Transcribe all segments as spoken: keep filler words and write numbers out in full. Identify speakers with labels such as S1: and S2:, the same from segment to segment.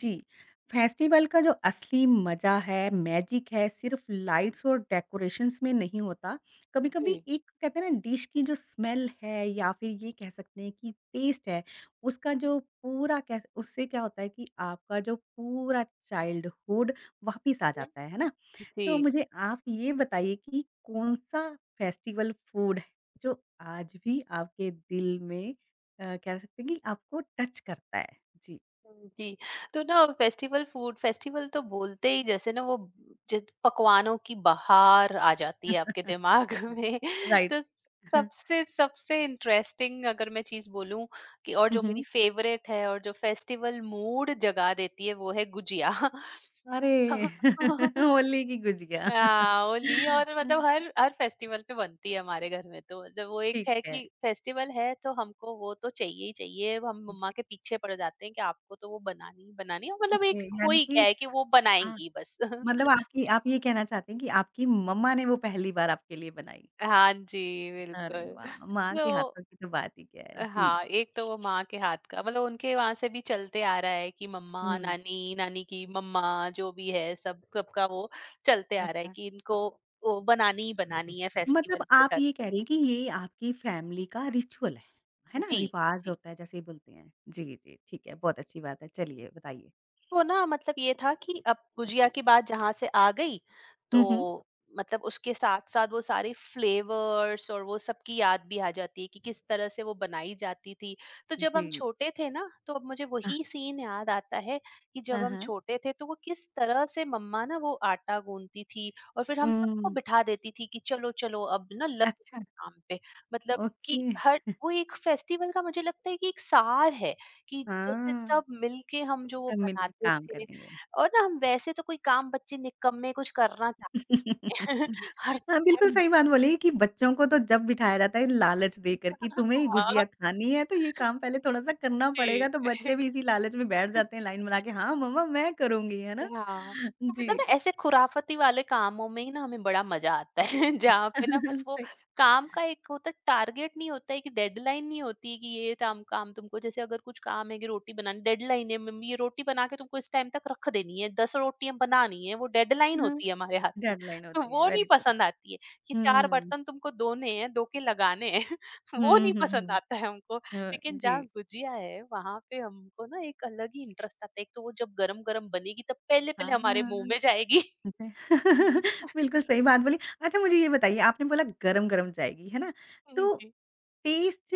S1: जी, festival का जो असली मज़ा है, मैजिक है, सिर्फ़ लाइट्स और डेकोरेशंस में नहीं होता। कभी-कभी
S2: हुँ।
S1: एक कहते हैं ना डिश की जो स्मेल है या फिर ये कह सकते हैं कि टेस्ट है, उसका जो पूरा कह उससे क्या होता है कि आपका जो पूरा चाइल्डहुड वापिस आ
S2: हुँ।
S1: जाता है, है ना? तो
S2: जी।
S1: मुझे आप ये बताइए कि कौन-सा फेस्टिवल फूड है, जो आज भी आपके दिल में अ, कह सकते हैं कि आपको टच करता है? जी।
S2: हुँ, जी। तो ना फेस्टिवल फूड फेस्टिवल तो बोलते ही जैसे ना वो जिस पकवानों की बहार आ जाती है आपके दिमाग में।
S1: राइट।
S2: तो सबसे सबसे इंटरेस्टिंग अगर मैं चीज़ बोलूँ कि और
S1: हुँ,
S2: जो मेरी
S1: हुँ।
S2: फेवरेट है और जो फेस्टिवल मूड जगा देती है वो है गुजिया।
S1: अरे! होली की गुजिया।
S2: हाँ, होली और मतलब हर हर फेस्टिवल पे बनती है हमारे घर में, तो मतलब वो एक
S1: ठीक
S2: है
S1: है।
S2: कि फेस्टिवल है तो हमको वो तो चाहिए ही चाहिए। हम मम्मा
S1: जी,
S2: के पीछे पड़ जाते हैं कि आपको तो वो बनानी ही बनानी है, मतलब एक
S1: ओके
S2: हो
S1: यानी
S2: ही
S1: कि
S2: गया है कि वो
S1: अ,
S2: बनाएंगी बस।
S1: मतलब आपकी आप ये कहना चाहते हैं कि आपकी मम्मा ने वो पहली बार आपके लिए बनाई।
S2: हाँ जी,
S1: अरे
S2: बिल्कुल।
S1: वाह! माँ
S2: तो
S1: के हाथों की तो बात ही क्या है। जी।
S2: हाँ, एक तो वो माँ के हाथ का मतलब उनके वहां से भी चलते आ रहा है कि मम्मा,
S1: हुँ,
S2: नानी नानी की मम्मा, जो भी है सब सबका वो चलते आ रहा है
S1: अच्छा।
S2: कि इनको वो बनानी ही बनानी है
S1: मतलब
S2: फेस्टिवल पे
S1: आप
S2: हर।
S1: ये कह रही हैं कि ये आपकी फैमिली का रिचुअल है। है ना?
S2: जी,
S1: रिवाज़
S2: जी।
S1: होता है जैसे बोलते हैं। जी, जी, ठीक है। बहुत अच्छी बात है। चलिए बताइए।
S2: वो ना मतलब ये था कि अब गुजिया की बात जहाँ से आ गई,
S1: हुँ,
S2: तो
S1: हुँ।
S2: मतलब उसके साथ साथ वो सारे फ्लेवर्स और वो सबकी याद भी आ जाती है कि किस तरह से वो बनाई जाती थी। तो जब हम
S1: जी।
S2: छोटे थे ना, तो अब मुझे
S1: अ,
S2: वही सीन याद आता है कि जब
S1: हाँ,
S2: हम
S1: हाँ।
S2: छोटे थे तो वो किस तरह से मम्मा ना वो आटा गूंथती थी, और फिर हम सबको
S1: हुँ।
S2: बिठा देती थी कि चलो चलो अब ना लग
S1: अच्छा,
S2: काम पे। मतलब कि
S1: ओके।
S2: हर वो एक फेस्टिवल का मुझे लगता है कि एक सार है कि जैसे
S1: हाँ,
S2: सब मिलके हम जो वो
S1: सब मिलके
S2: बनाते
S1: काम
S2: थे।
S1: करेंगे।
S2: और ना हम वैसे तो कोई काम बच्चे निकम्मे कुछ करना चाहें हर।
S1: हाँ, बिल्कुल
S2: हुँ।
S1: सही बात बोली कि बच्चों को तो जब बिठाया जाता है लालच देकर कि तुम्हें ये
S2: हाँ,
S1: गुजिया खानी है तो ये काम पहले थोड़ा-सा करना
S2: जी।
S1: पड़ेगा, तो बच्चे भी इसी लालच में बैठ जाते हैं लाइन बना के, हाँ, मम्मा मैं करूँगी, है ना?
S2: हाँ, तो मतलब
S1: जी।
S2: ना ऐसे खुराफती वाले कामों में ही ना हमें बड़ा मजा आता है जहाँ पे ना बस वो
S1: सही
S2: काम का एक होता है, टारगेट नहीं होता है कि डेडलाइन नहीं होती है कि ये काम काम तुमको, जैसे अगर कुछ काम है कि रोटी बनानी डेडलाइन है, मम्मी ये रोटी बना के तुमको इस टाइम तक रख देनी है, दस रोटियां बनानी है, वो डेडलाइन
S1: हाँ,
S2: होती है हमारे हाथ में
S1: डेडलाइन
S2: तो
S1: होती है,
S2: वो नहीं
S1: वेरी गुड।
S2: पसंद आती है कि चार
S1: हुँ।
S2: बर्तन तुमको धोने हैं, धो के लगाने हैं वो
S1: हुँ,
S2: नहीं
S1: हुँ,
S2: पसंद
S1: हुँ।
S2: आता है हमको।
S1: अ,
S2: लेकिन जहाँ
S1: जी।
S2: गुजिया है वहाँ पे हमको ना एक अलग ही इंटरेस्ट आता है। एक तो वो जब गरम-गरम बनेगी तब पहले-पहले हमारे मुँह
S1: हाँ।
S2: में जाएगी।
S1: ओके। बिल्कुल सही बात बोली। अच्छा मुझे ये बताइए आपने बोला गरम-गरम जाएगी, है ना? तो
S2: जी,
S1: टेस्ट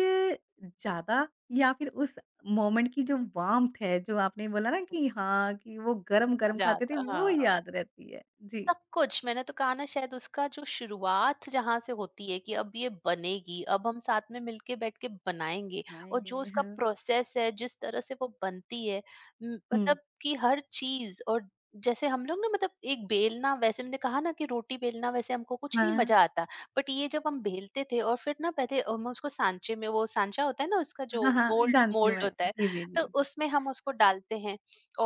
S1: ज़्यादा या फिर उस मोमेंट की जो वार्म्थ है, जो आपने बोला ना कि हाँ, कि वो गरम-गरम
S2: मज़ा
S1: खाते थे
S2: आता
S1: वो
S2: हाँ।
S1: याद रहती है? जी।
S2: सब कुछ मैंने तो कहा ना, शायद उसका जो शुरुआत जहां से होती है कि अब ये बनेगी, अब हम साथ में मिलके बैठ के बनाएंगे, और जो
S1: खाएँगे,
S2: उसका
S1: हाँ।
S2: प्रोसेस है जिस तरह से वो बनती है। म,
S1: हुँ।
S2: मतलब कि हर चीज और जैसे हम लोग ना, मतलब एक बेलना, वैसे मैंने कहा ना कि रोटी बेलना वैसे हमको कुछ
S1: हाँ।
S2: नहीं मजा आता, बट ये जब हम बेलते थे और फिर ना पहले हम उसको सांचे में, वो सांचा होता है ना उसका, जो
S1: हाँ, हाँ
S2: मोल्ड
S1: जानती हूँ
S2: मोल्ड
S1: मैं।
S2: होता है,
S1: जी, जी,
S2: तो
S1: जी, जी।
S2: उसमें हम उसको डालते हैं।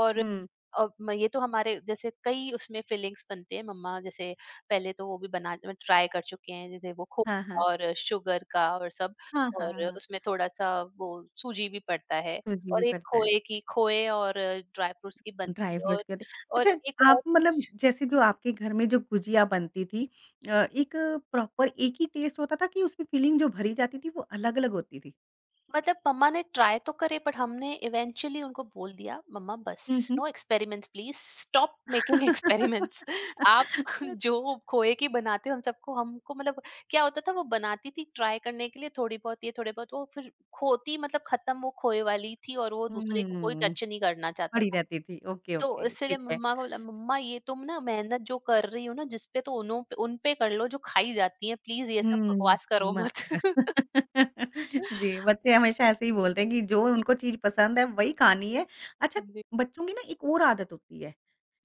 S2: और
S1: हुँ।
S2: अब मैं ये तो हमारे जैसे कई उसमें फीलिंग्स बनते हैं। मम्मा जैसे पहले तो वो भी बना ट्राई कर चुके हैं, जैसे वो
S1: हाँ, हाँ।
S2: खोया और शुगर का और सब,
S1: हाँ, हाँ,
S2: और
S1: हाँ।
S2: उसमें थोड़ा सा वो सूजी भी पड़ता है।
S1: सूजी भी
S2: और एक
S1: पड़ता है।
S2: खोए की, खोए और ड्राई फ्रूट्स की
S1: ड्राई
S2: बनती है,
S1: फ्रूट
S2: और
S1: के होते
S2: और एक
S1: अच्छा आप
S2: और
S1: मतलब जैसे जो आपके घर में जो गुजिया बनती थी अ, एक प्रॉपर एक ही टेस्ट होता था कि उसमें फीलिंग जो भरी जाती थी वो अलग-अलग होती थी?
S2: मतलब मम्मा ने ट्राई तो करे, बट हमने इवेंचुअली उनको बोल दिया, मम्मा बस
S1: हुँ, हुँ।
S2: No experiments, please stop making experiments. आप जो खोए की बनाते हो हम सबको, हमको मतलब क्या होता था वो बनाती थी ट्राई करने के लिए थोड़ी बहुत, ये थोड़ी बहुत वो फिर खोती, मतलब खत्म वो खोए वाली थी, और वो दूसरे को कोई
S1: हुँ,
S2: टच नहीं करना चाहता
S1: पड़ी
S2: था।
S1: रहती थी। ओके,
S2: तो
S1: ओके,
S2: इसलिए
S1: ठीक है।
S2: मम्मा को बोला, मम्मा ये तुम ना मेहनत जो कर रही हो ना जिसपे, तो उन्हों पे उन पे कर लो जो खाई जाती है, प्लीज ये सब
S1: हुँ,
S2: बकवास करो
S1: मत
S2: मत।
S1: जी, बच्चे हमेशा ऐसे ही बोलते हैं कि जो उनको चीज़ पसंद है वही खानी है। अच्छा
S2: हाँ जी।
S1: बच्चों की ना एक और आदत होती है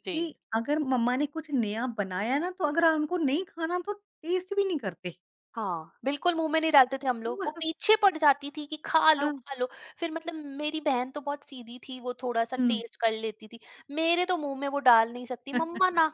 S2: जी।
S1: कि अगर मम्मा ने कुछ नया बनाया ना, तो अगर हमको नहीं खाना तो टेस्ट भी नहीं करते।
S2: हाँ, बिल्कुल मुँह में नहीं डालते थे हम लोग, वो
S1: वाह,
S2: पीछे पड़ जाती थी कि खा लो,
S1: हाँ।
S2: खा लो। फिर मतलब मेरी बहन तो बहुत सीधी थी, वो थोड़ा-सा
S1: हुँ।
S2: टेस्ट कर लेती थी। मेरे तो मुँह में वो डाल नहीं सकती, मम्मा ना,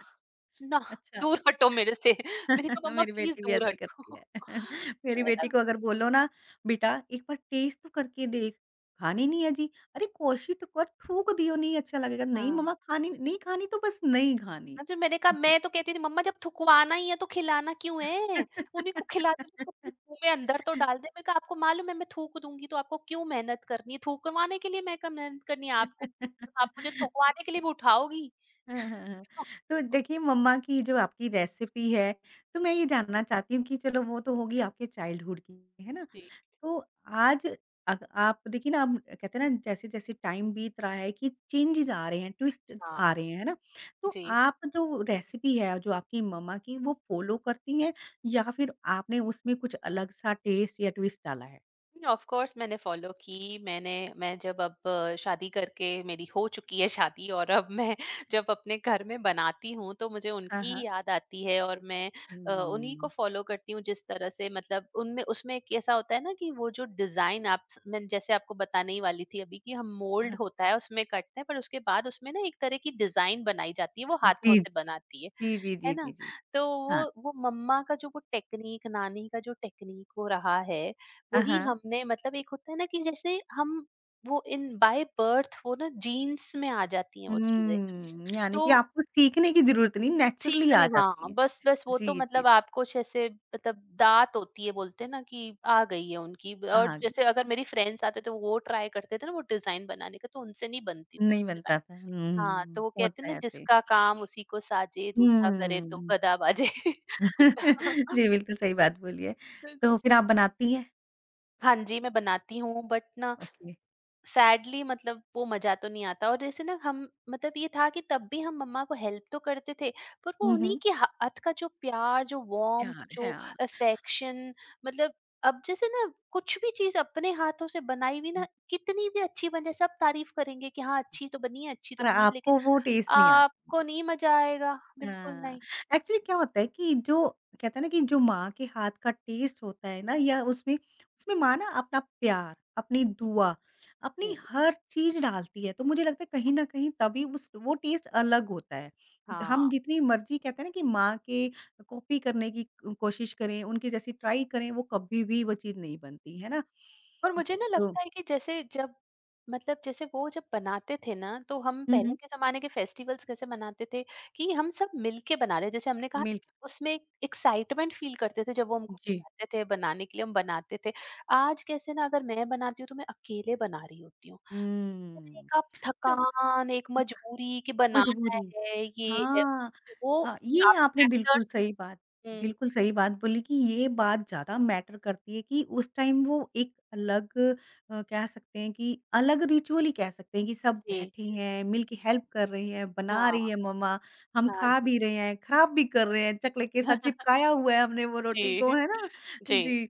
S2: ना
S1: अच्छा।
S2: दूर हटो मेरे से। मैंने कहा मम्मा
S1: मेरी
S2: प्लीज़
S1: बेटी भी ऐसे
S2: दूर
S1: ही करती
S2: हटो।
S1: है। मेरी
S2: मैंने
S1: बेटी
S2: कहा
S1: को अगर बोलो ना, "बेटा एक बार टेस्ट तो करके देख।" "खानी नहीं है जी।" "अरे कोशिश तो कर, थूक दियो नहीं अच्छा लगेगा।" "नहीं मम्मा
S2: हाँ।
S1: खानी नहीं खानी तो बस नहीं खानी।"
S2: हाँ, जो मैंने कहा,
S1: जी।
S2: मैं तो कहती थी मम्मा जब थुकवाना ही है तो खिलाना क्यों है? उन्हीं को खिला दो जिसको अपने मुँह में अंदर तो डाल दे। मैंने कहा आपको मालूम है मैं थूक दूँगी तो आपको क्यों मेहनत करनी है? थूकवाने के लिए मैं क्या मेहनत करनी है आपको? आप मुझे थुकवाने के लिए भी उठाओगी।
S1: हाँ, हाँ, हाँ। तो देखिए मम्मा की जो आपकी रेसिपी है, तो मैं ये जानना चाहती हूँ कि चलो वो तो होगी आपके चाइल्डहुड की, है ना?
S2: जी।
S1: तो आज अग आप देखिए ना अब कहते हैं ना जैसे-जैसे टाइम बीत रहा है कि चेंजेज़ आ रहे हैं, ट्विस्ट आ
S2: हाँ,
S1: रहे हैं, है ना? तो
S2: जी।
S1: आप जो रेसिपी है जो आपकी मम्मा की वो फ़ॉलो करती हैं या फिर आपने उसमें कुछ अलग-सा टेस्ट या ट्विस्ट डाला है?
S2: ऑफ कोर्स मैंने फॉलो की। मैंने, मैं जब अब अ, शादी करके मेरी हो चुकी है शादी, और अब मैं जब अपने घर में बनाती हूँ तो मुझे
S1: हाँ,
S2: उनकी
S1: हाँ।
S2: ही याद आती है, और मैं अ, उन्हीं को
S1: हुँ।
S2: फॉलो करती हूँ, जिस तरह से मतलब उनमें उसमें एक ऐसा होता है ना कि वो जो डिजाइन आप स- मैं जैसे आपको बताने ही वाली थी अभी कि हम
S1: हाँ,
S2: मोल्ड
S1: हाँ।
S2: होता है उसमें कटते हैं, पर उसके बाद उसमें ना एक तरह की डिजाइन बनाई जाती है, वो
S1: जी,
S2: हाथों से बनाती है।
S1: जी, जी,
S2: है
S1: जी,
S2: ना?
S1: जी, जी।
S2: तो वो
S1: हाँ।
S2: वो मम्मा का जो वो टेक्नीक, नानी का जो टेक्नीक वो रहा है,
S1: हाँ,
S2: वही
S1: हाँ।
S2: हमने मतलब एक होता है ना कि जैसे हम वो इन बाय बर्थ वो ना जीन्स में आ जाती हैं वो चीज़ें।
S1: हुँ, यानी
S2: तो
S1: कि आपको सीखने की ज़रूरत नहीं, नेचुरली आ
S2: सीखने
S1: जाती
S2: हाँ,
S1: है।
S2: बस बस वो
S1: जी,
S2: तो
S1: जी, जी।
S2: मतलब आपको जैसे मतलब दात होती है, बोलते हैं ना कि आ गई है उनकी। और
S1: हाँ,
S2: जैसे अगर मेरी फ्रेंड्स आते थे वो ट्राई करते थे ना वो डिज़ाइन बनाने का, तो उनसे नहीं बनती
S1: नहीं
S2: डिज़ाइन।
S1: बनता था।
S2: हाँ,
S1: हुँ,
S2: तो वो कहते हैं
S1: होता
S2: ना,
S1: है ऐसे।
S2: जिसका काम उसी को साजे, दूसरा करे तो
S1: हुँ।
S2: गदा बाजे।
S1: जी, बिल्कुल सही बात बोली है। तो फिर आप बनाती हैं?
S2: हाँ जी, मैं बनाती हूँ, बट ना
S1: ओके।
S2: सैडली मतलब वो मज़ा तो नहीं आता। और जैसे ना हम मतलब ये था कि तब भी हम मम्मा को हेल्प तो करते थे, पर वो
S1: हुँ,
S2: उन्हीं
S1: हुँ।
S2: के हाथ का जो प्यार, जो वार्म्थ,
S1: यार
S2: जो
S1: है हाँ।
S2: अफेक्शन, मतलब अब जैसे ना कुछ भी चीज़ अपने हाथों से बनाई हुई ना, कितनी भी अच्छी बन जाए, सब तारीफ़ करेंगे कि हाँ, अच्छी तो बनी है अच्छी तो
S1: पर
S2: बनी है, लेकिन
S1: आपको वो टेस्ट नहीं आता।
S2: आपको नहीं मज़ा आएगा, बिल्कुल
S1: हाँ,
S2: नहीं।
S1: एक्चुअली क्या होता है कि जो कहते हैं ना कि जो माँ के हाथ का टेस्ट होता है ना या उसमें उसमें माँ ना अपना प्यार, अपनी दुआ, अपनी
S2: जी,
S1: हर चीज़ डालती है, तो मुझे लगता है कहीं न कहीं तभी उस वो टेस्ट अलग होता है। हम
S2: हाँ।
S1: जितनी मर्ज़ी कहते हैं ना कि माँ के कॉपी करने की क कोशिश करें, उनके जैसी ट्राई करें, वो कभी भी वो चीज़ नहीं बनती, है ना?
S2: और मुझे ना
S1: तो
S2: लगता है कि जैसे जब मतलब जैसे वो जब बनाते थे ना, तो हम
S1: हुँ,
S2: पहले
S1: हुँ,
S2: के जमाने के फेस्टिवल्स कैसे मनाते थे कि हम सब मिलके बना रहे, जैसे हमने कहा
S1: मिल्क
S2: उसमें एक्साइटमेंट फील करते थे, जब वो हमको
S1: जी।
S2: बुलाते थे बनाने के लिए हम बनाते थे। आज कैसे ना, अगर मैं बनाती हूँ तो मैं अकेले बना रही होती हूँ, यानी
S1: हुँ,
S2: एक आप
S1: चल
S2: थकान एक मजबूरी कि बनाना
S1: मजबूरी।
S2: है, ये है
S1: हाँ,
S2: वो
S1: हाँ, ये
S2: काफी
S1: आपने बिल्कुल
S2: फैक्टर्स।
S1: सही बात
S2: हम्म।
S1: बिल्कुल सही बात बोली कि ये बात ज़्यादा मैटर करती है कि उस टाइम वो एक अलग अ, कह सकते हैं कि अलग रिचुअल ही कह सकते हैं कि सब
S2: जी।
S1: बैठे हैं, मिलके हेल्प कर रहे हैं, बना
S2: हाँ।
S1: रही है मम्मा, हम
S2: हाँ
S1: खा
S2: जी।
S1: भी रहे हैं, ख़राब भी कर रहे हैं, चकले के साथ चिपकाया हुआ है हमने वो
S2: जी।
S1: रोटी को, है ना?
S2: जी।
S1: जी,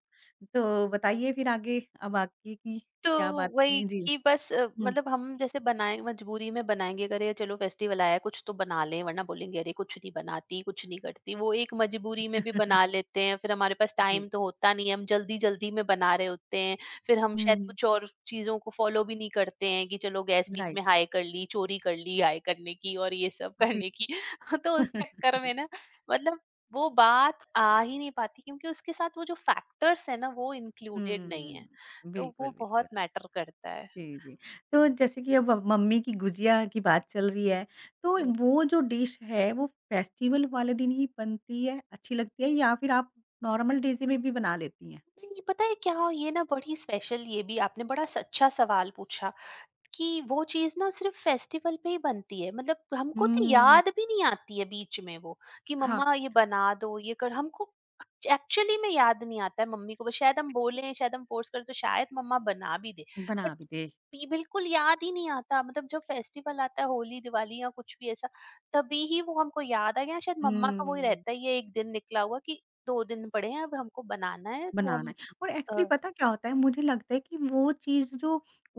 S1: तो बताइए फिर आगे अब आगे की
S2: तो
S1: क्या बात
S2: वही
S1: करें? जी,
S2: कि बस अ,
S1: हुँ।
S2: मतलब हम जैसे बनाए मजबूरी में बनाएंगे अगर ये, चलो फेस्टिवल आया है, कुछ तो बना लें, वरना बोलेंगे अरे कुछ नहीं बनाती कुछ नहीं करती। वो एक मजबूरी में भी बना लेते हैं, फिर हमारे पास
S1: जी,
S2: टाइम तो होता नहीं है, हम जल्दी जल्दी में बना रहे होते हैं। फिर हम
S1: हुँ,
S2: शायद
S1: हुँ,
S2: कुछ और चीजों को फॉलो भी नहीं करते हैं कि चलो गैस बीच
S1: राइट,
S2: में हाई कर ली, चोरी कर ली हाई करने की और ये सब
S1: जी।
S2: करने की। तो उस चक्कर में ना मतलब वो बात आ ही नहीं पाती, क्योंकि उसके साथ वो जो फैक्टर्स है ना वो इंक्लूडेड नहीं है,
S1: हुँ।
S2: तो वो
S1: बिल्कुल,
S2: बहुत
S1: बिल्कुल।
S2: मैटर करता है।
S1: जी, जी। तो जैसे कि अब अब मम्मी की गुजिया की बात चल रही है, तो वो जो डिश है वो फेस्टिवल वाले दिन ही बनती है, अच्छी लगती है या फिर आप नॉर्मल डेज़ में भी बना लेती हैं?
S2: जी नहीं, पता है क्या, ये ना बड़ी स्पेशल, ये भी आपने बड़ा स- अच्छा सवाल पूछा कि वो चीज़ ना सिर्फ़ फेस्टिवल पे ही बनती है, मतलब हमको तो
S1: हुँ।
S2: याद भी नहीं आती है बीच में वो, कि
S1: हाँ,
S2: मम्मा ये बना दो, ये कर हमको। एक्चुअली में याद नहीं आता है मम्मी को, बस शायद हम बोलें, शायद हम फ़ोर्स करें, तो शायद मम्मा बना भी दे। बट
S1: बना भी दे
S2: ये बिल्कुल याद ही नहीं आता, मतलब जब फेस्टिवल आता है होली, दिवाली या कुछ भी ऐसा, तभी ही वो हमको याद आ गया। शायद मम्मा का वो रहता
S1: हुँ,
S2: ही रहता है एक दिन निकला हुआ कि दो दिन पड़े हैं, अब हमको बनाना है तो
S1: बनाना
S2: हम
S1: है और एक्चुअली
S2: अ,
S1: पता क्या होता है मुझे लगता है कि वो चीज़ जो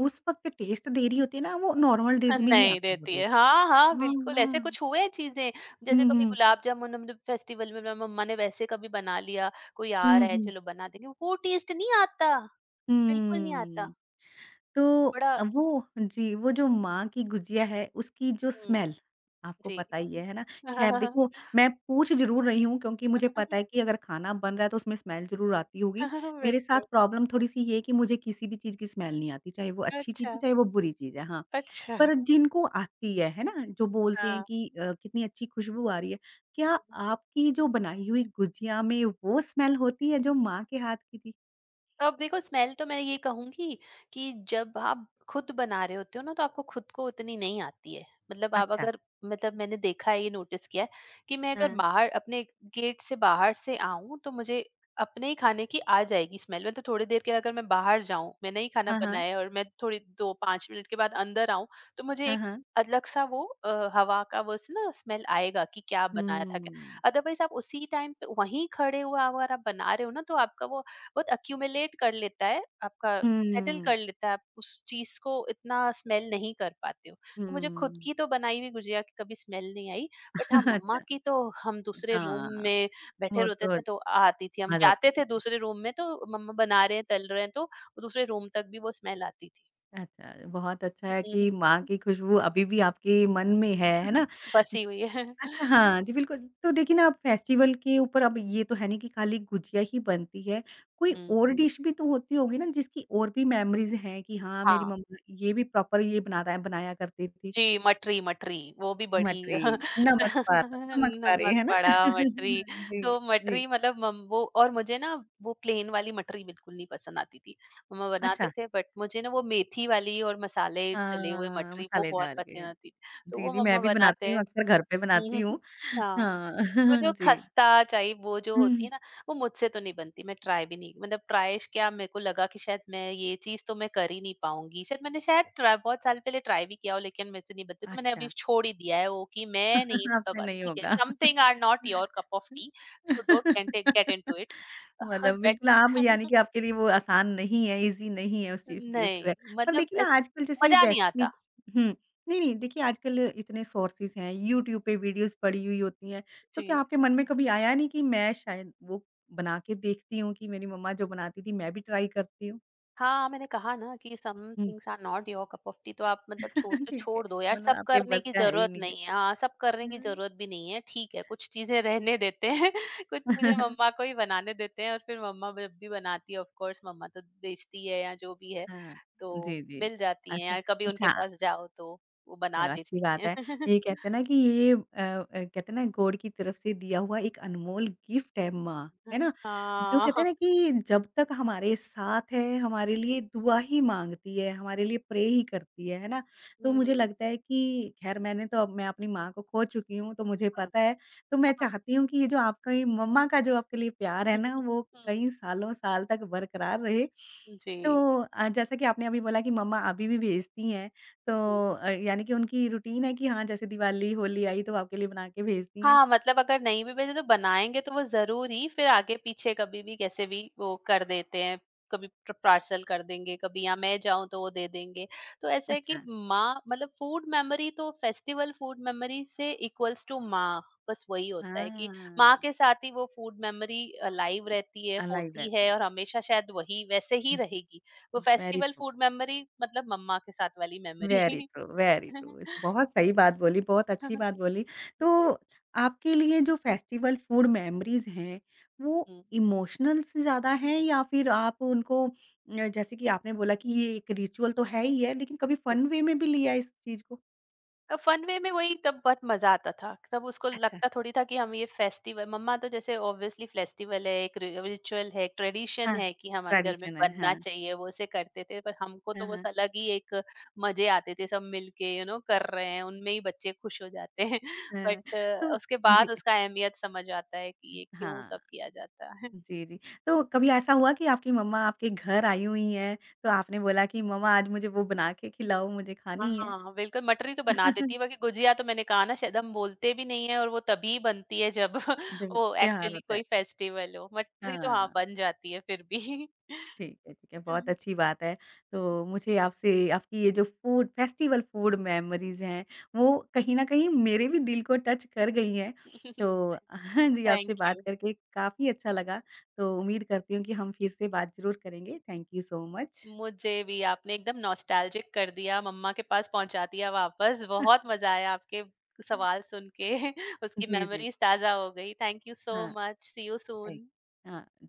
S1: उस वक़्त टेस्ट दे रही होती है ना वो नॉर्मल डेज़ में नहीं
S2: नहीं
S1: आता वो
S2: देती है।
S1: टेस्ट।
S2: हाँ, हाँ,
S1: हाँ,
S2: बिल्कुल ऐसे
S1: हाँ।
S2: कुछ हुए हैं चीज़ें, जैसे
S1: हुँ,
S2: कभी
S1: हुँ।
S2: गुलाब जामुन हम जब फेस्टिवल में मेरी मम्मा ने वैसे कभी बना लिया, कोई आ
S1: हुँ,
S2: रहा है
S1: हुँ।
S2: चलो बना देंगे, वो टेस्ट नहीं आता, बिल्कुल नहीं आता,
S1: हुँ। तो
S2: बड़ा
S1: अ, वो जी, वो जो माँ की गुजिया है, उसकी जो
S2: हुँ,
S1: स्मेल आपको
S2: जी।
S1: पता ही है, है ना? ख़ैर देखो मैं पूछ ज़रूर रही हूँ क्योंकि मुझे पता है कि अगर खाना बन रहा है तो उसमें स्मेल ज़रूर आती होगी। मेरे साथ
S2: बिल्कुल,
S1: प्रॉब्लम थोड़ी-सी ये है कि मुझे किसी भी चीज़ की स्मेल नहीं आती, चाहे वो अच्छी चीज़
S2: अच्छा,
S1: है, चाहे वो बुरी चीज़ है। हाँ,
S2: अच्छा।
S1: पर जिनको आती है, है ना? जो बोलते हैं
S2: हाँ।
S1: कि अ, कितनी अच्छी खुशबू आ रही है। क्या आपकी जो बनाई हुई गुजिया में वो स्मेल होती है जो माँ के हाथ की थी?
S2: अब देखो, स्मेल तो मैं ये कहूँगी कि जब आप खुद बना रहे होते हो ना तो आपको खुद को उतनी नहीं आती है। मतलब आप
S1: अच्छा।
S2: अगर मतलब मैंने देखा है, ये नोटिस किया है कि मैं अगर
S1: हाँ।
S2: बाहर अपने गेट से बाहर से आऊँ, तो मुझे अपने ही खाने की आ जाएगी स्मेल। मतलब थोड़ी देर के लिए अगर मैं बाहर जाऊँ, मैंने ही खाना
S1: हाँ, हाँ।
S2: बनाया है, और मैं थोड़ी दो पाँच मिनट के बाद अंदर आऊँ तो मुझे
S1: हाँ,
S2: एक
S1: हाँ।
S2: अलग-सा वो अ, हवा का वो स ना स्मेल आएगा कि क्या बनाया था क्या।
S1: हुँ।
S2: अदरवाइज़ आप उसी टाइम पे वहीं खड़े हुआ अगर आप बना रहे हो ना तो आपका वो बहुत अक्यूमुलेट कर लेता है, आपका सेटल
S1: हुँ,
S2: कर लेता है, आप उस चीज को इतना स्मेल नहीं कर पाते हो। तो मुझे खुद
S1: हुँ।
S2: की तो बनाई हुई गुजिया की कभी स्मेल नहीं आई। बट हाँ, मम्मा
S1: अच्छा,
S2: की तो हम दूसरे रूम
S1: हाँ,
S2: में बैठे
S1: वो
S2: रहते
S1: तो
S2: थे तो आती थी। हम
S1: आ जाती
S2: जाते
S1: थी
S2: थे
S1: फिर।
S2: दूसरे रूम में तो मम्मा बना रहे हैं, तल रहे हैं तो दूसरे रूम तक भी वो स्मेल आती थी।
S1: अच्छा, बहुत अच्छा है
S2: हम्म,
S1: कि माँ की खुशबू अभी भी आपके मन में है, है ना?
S2: बसी हुई है।
S1: अच्छा हाँ, जी बिल्कुल। तो देखिए ना, आप फेस्टिवल के ऊपर अब ये तो है नहीं कि खाली गुजिया ही बनती है, कोई
S2: हम्म।
S1: और डिश भी तो होती होगी ना, जिसकी और भी मेमोरीज़ हैं कि हाँ, मेरी
S2: हाँ
S1: मम्मा ये भी प्रॉपर ये बनाता है बनाया करती थी।
S2: जी, मटरी। मटरी वो भी बड़ी
S1: मटरी, नमक पा नमक पारे,
S2: नमक
S1: है ना?
S2: पड़ा, मटरी,
S1: जी,
S2: तो
S1: जी।
S2: मटरी मतलब मम वो। और मुझे ना वो प्लेन वाली मटरी बिल्कुल नहीं पसंद आती थी। मम्मा बनाते
S1: अच्छा
S2: थे बट मुझे ना वो मेथी वाली और मसाले डले हुए
S1: हाँ,
S2: मटरी वो
S1: मसाले
S2: बहुत
S1: डाल
S2: पसंद
S1: के।
S2: आती थी। तो
S1: जी,
S2: वो
S1: जी, मैं
S2: मम्मा
S1: भी
S2: बनाते
S1: बनाती हूँ,
S2: हैं।
S1: अक्सर घर पे
S2: हुँ,
S1: बनाती
S2: हुँ, हुँ।
S1: हूँ।
S2: हाँ।
S1: हाँ,
S2: वो जो
S1: जी।
S2: खस्ता चाय वो जो होती
S1: हुँ,
S2: है ना, वो मुझसे तो नहीं बनती। मैं ट्राई भी नहीं, मतलब ट्राई क्या, मेरे को लगा कि शायद मैं ये चीज़ तो मैं कर ही नहीं पाऊँगी। शायद मैंने शायद ट्राई, बहुत साल पहले ट्राई भी किया हो, लेकिन मेरे से नहीं बनती, तो मैंने अभी
S1: अच्छा।
S2: छोड़ ही दिया है वो कि मैं नहीं।
S1: आपसे
S2: अब
S1: नहीं
S2: ठीक है,
S1: होगा।
S2: Something are not your cup of tea, so don't get get into it.
S1: मतलब
S2: बट
S1: बिल्कुल आप यानी कि आपके लिए वो आसान नहीं है, ईज़ी नहीं है उस चीज़ चीज़
S2: नहीं,
S1: को पर
S2: मतलब
S1: देखिए
S2: अ,
S1: ना आजकल जैसे
S2: मज़ा नहीं आता।
S1: रेसिपीज़ हुँ। नहीं, नहीं देखिए आजकल इतने सोर्सेज़ हैं, यूट्यूब पे वीडियोज़ पड़ी हुई होती हैं, तो
S2: जी।
S1: क्या आपके मन में कभी आया नहीं कि मैं शायद वो बना के देखती हूँ कि मेरी मम्मा जो बनाती थी मैं भी ट्राई करती हूँ?
S2: हाँ, मैंने कहा ना कि सम
S1: हुँ।
S2: Things are not your cup of tea, तो आप मतलब छोड़ तो
S1: ठीक है,
S2: छोड़ दो यार,
S1: मतलब
S2: सब
S1: आपके
S2: करने
S1: बस
S2: की
S1: का है ही
S2: ज़रूरत
S1: नहीं है।
S2: नहीं है। हाँ, सब करने की
S1: हुँ।
S2: ज़रूरत भी नहीं है, ठीक है, कुछ चीज़ें रहने देते हैं, कुछ चीज़ें मम्मा को ही बनाने देते हैं और फिर मम्मा जब भी बनाती है, ऑफ कोर्स मम्मा तो बेचती है या जो भी है,
S1: हाँ।
S2: तो
S1: जी, जी।
S2: मिल जाती हैं,
S1: अच्छा,
S2: या कभी उनके
S1: अच्छा
S2: पास जाओ तो वो बना
S1: चलो अच्छी
S2: देती
S1: बात
S2: हैं।
S1: है। ये कहते हैं ना कि ये अ अ, कहते हैं ना गॉड की तरफ से दिया हुआ एक अनमोल गिफ्ट है माँ, है ना? जो
S2: हाँ,
S1: कहते हैं ना कि जब तक हमारे साथ है, हमारे लिए दुआ ही माँगती है, हमारे लिए प्रे ही करती है, है ना? तो
S2: हुँ,
S1: मुझे लगता है कि खैर मैंने तो अब मैं अपनी माँ को खो चुकी हूँ, तो मुझे
S2: हाँ।
S1: पता है। तो मैं चाहती हूँ कि ये जो आपकी मम्मा का जो आपके लिए प्यार है ना, वो कई सालों-साल तक बरकरार रहे।
S2: हुँ,
S1: तो
S2: जी।
S1: अ, जैसा कि आपने अभी बोला कि मम्मा अभी भी भेजती हैं। तो अ, यानी कि उनकी रूटीन है कि हाँ, जैसे दिवाली, होली आई तो आपके लिए बना के भेजती हैं।
S2: हाँ, मतलब अगर नहीं भी भेजे तो बनाएँगे तो वो ज़रूर ही फिर आगे-पीछे कभी भी कैसे भी वो कर देते हैं। कभी प पार्सल कर देंगे, कभी या मैं जाऊँ तो वो दे देंगे। तो ऐसा है कि
S1: अच्छा,
S2: माँ मतलब फूड मेमोरी, तो फेस्टिवल फूड मेमोरी से इक्वल्स टू माँ, बस वही होता है कि माँ
S1: हाँ,
S2: के साथ ही वो फूड मेमोरी अ, लाइव रहती है,
S1: अलाइव
S2: होती
S1: रहती
S2: है
S1: हैं।
S2: और हमेशा शायद वही वैसे ही रहेगी। वो
S1: very
S2: festival
S1: true,
S2: food memory मतलब मम्मा के साथ वाली
S1: very
S2: memory.
S1: True, very true. बहुत सही बात बोली, बहुत अच्छी बात बोली।
S2: जी,
S1: तो आपके लिए जो फेस्टिवल फूड मेमोरीज़ हैं, वो
S2: हुँ,
S1: इमोशनल से ज़्यादा हैं या फिर आप उनको अ, जैसे कि आपने बोला कि ये एक रिचुअल तो है ही है, लेकिन कभी
S2: जी।
S1: फन वे में भी लिया है इस चीज़ को?
S2: फन वे में वही, तब बहुत मजा आता था, तब उसको
S1: अच्छा,
S2: लगता थोड़ी था कि हम ये फेस्टिवल, मम्मा तो जैसे ऑब्वियसली फेस्टिवल है, एक रिचुअल है, एक ट्रेडिशन
S1: हाँ,
S2: है कि हमारे घर में
S1: ट्रेडिशन है।
S2: बनना
S1: हाँ,
S2: चाहिए, वो से करते थे। पर हमको
S1: हाँ,
S2: तो बस
S1: हाँ।
S2: अलग ही एक मजे आते थे, सब मिलके यू नो कर रहे हैं, उनमें ही बच्चे खुश हो जाते हैं। बट
S1: हाँ, तो
S2: उसके
S1: जी
S2: बाद उसका अहमियत समझ आता है कि ये क्यों सब
S1: हाँ,
S2: किया जाता है।
S1: जी, जी। तो कभी ऐसा हुआ कि आपकी मम्मा आपके घर आई हुई हैं, तो आपने बोला कि मम्मा आज मुझे वो बना के खिलाओ, मुझे
S2: हाँ,
S1: खानी है।
S2: हाँ, बिल्कुल मटरी तो बना देती है, बाकी गुजिया तो मैंने कहा ना, शायद हम बोलते भी नहीं है और वो तभी बनती है जब
S1: जब
S2: वो
S1: त्योहार
S2: एक्चुअली
S1: होता है।
S2: कोई फेस्टिवल हो। मटरी तो हाँ,
S1: हाँ,
S2: बन जाती है फिर भी।
S1: ठीक है, ठीक है, बहुत अच्छी बात है। तो मुझे आपसे आपकी ये जो फूड फेस्टिवल फूड मेमोरीज़ हैं, वो कहीं न कहीं मेरे भी दिल को टच कर गई हैं।
S2: हुँ।
S1: तो हाँ जी, आपसे
S2: थैंक
S1: बात
S2: यू।
S1: करके काफ़ी अच्छा लगा। तो उम्मीद करती हूँ कि हम फिर से बात ज़रूर करेंगे। Thank you so much.
S2: मुझे भी आपने एकदम नॉस्टैल्जिक कर दिया, मम्मा के पास पहुँचा दिया वापस। बहुत मज़ा आया आपके
S1: हुँ।
S2: सवाल सुन के, उसकी
S1: जी, जी।
S2: मेमोरीज़ ताज़ा हो गई। थैंक यू सो
S1: हाँ,
S2: much. See you
S1: right.
S2: Soon.
S1: हाँ, जी।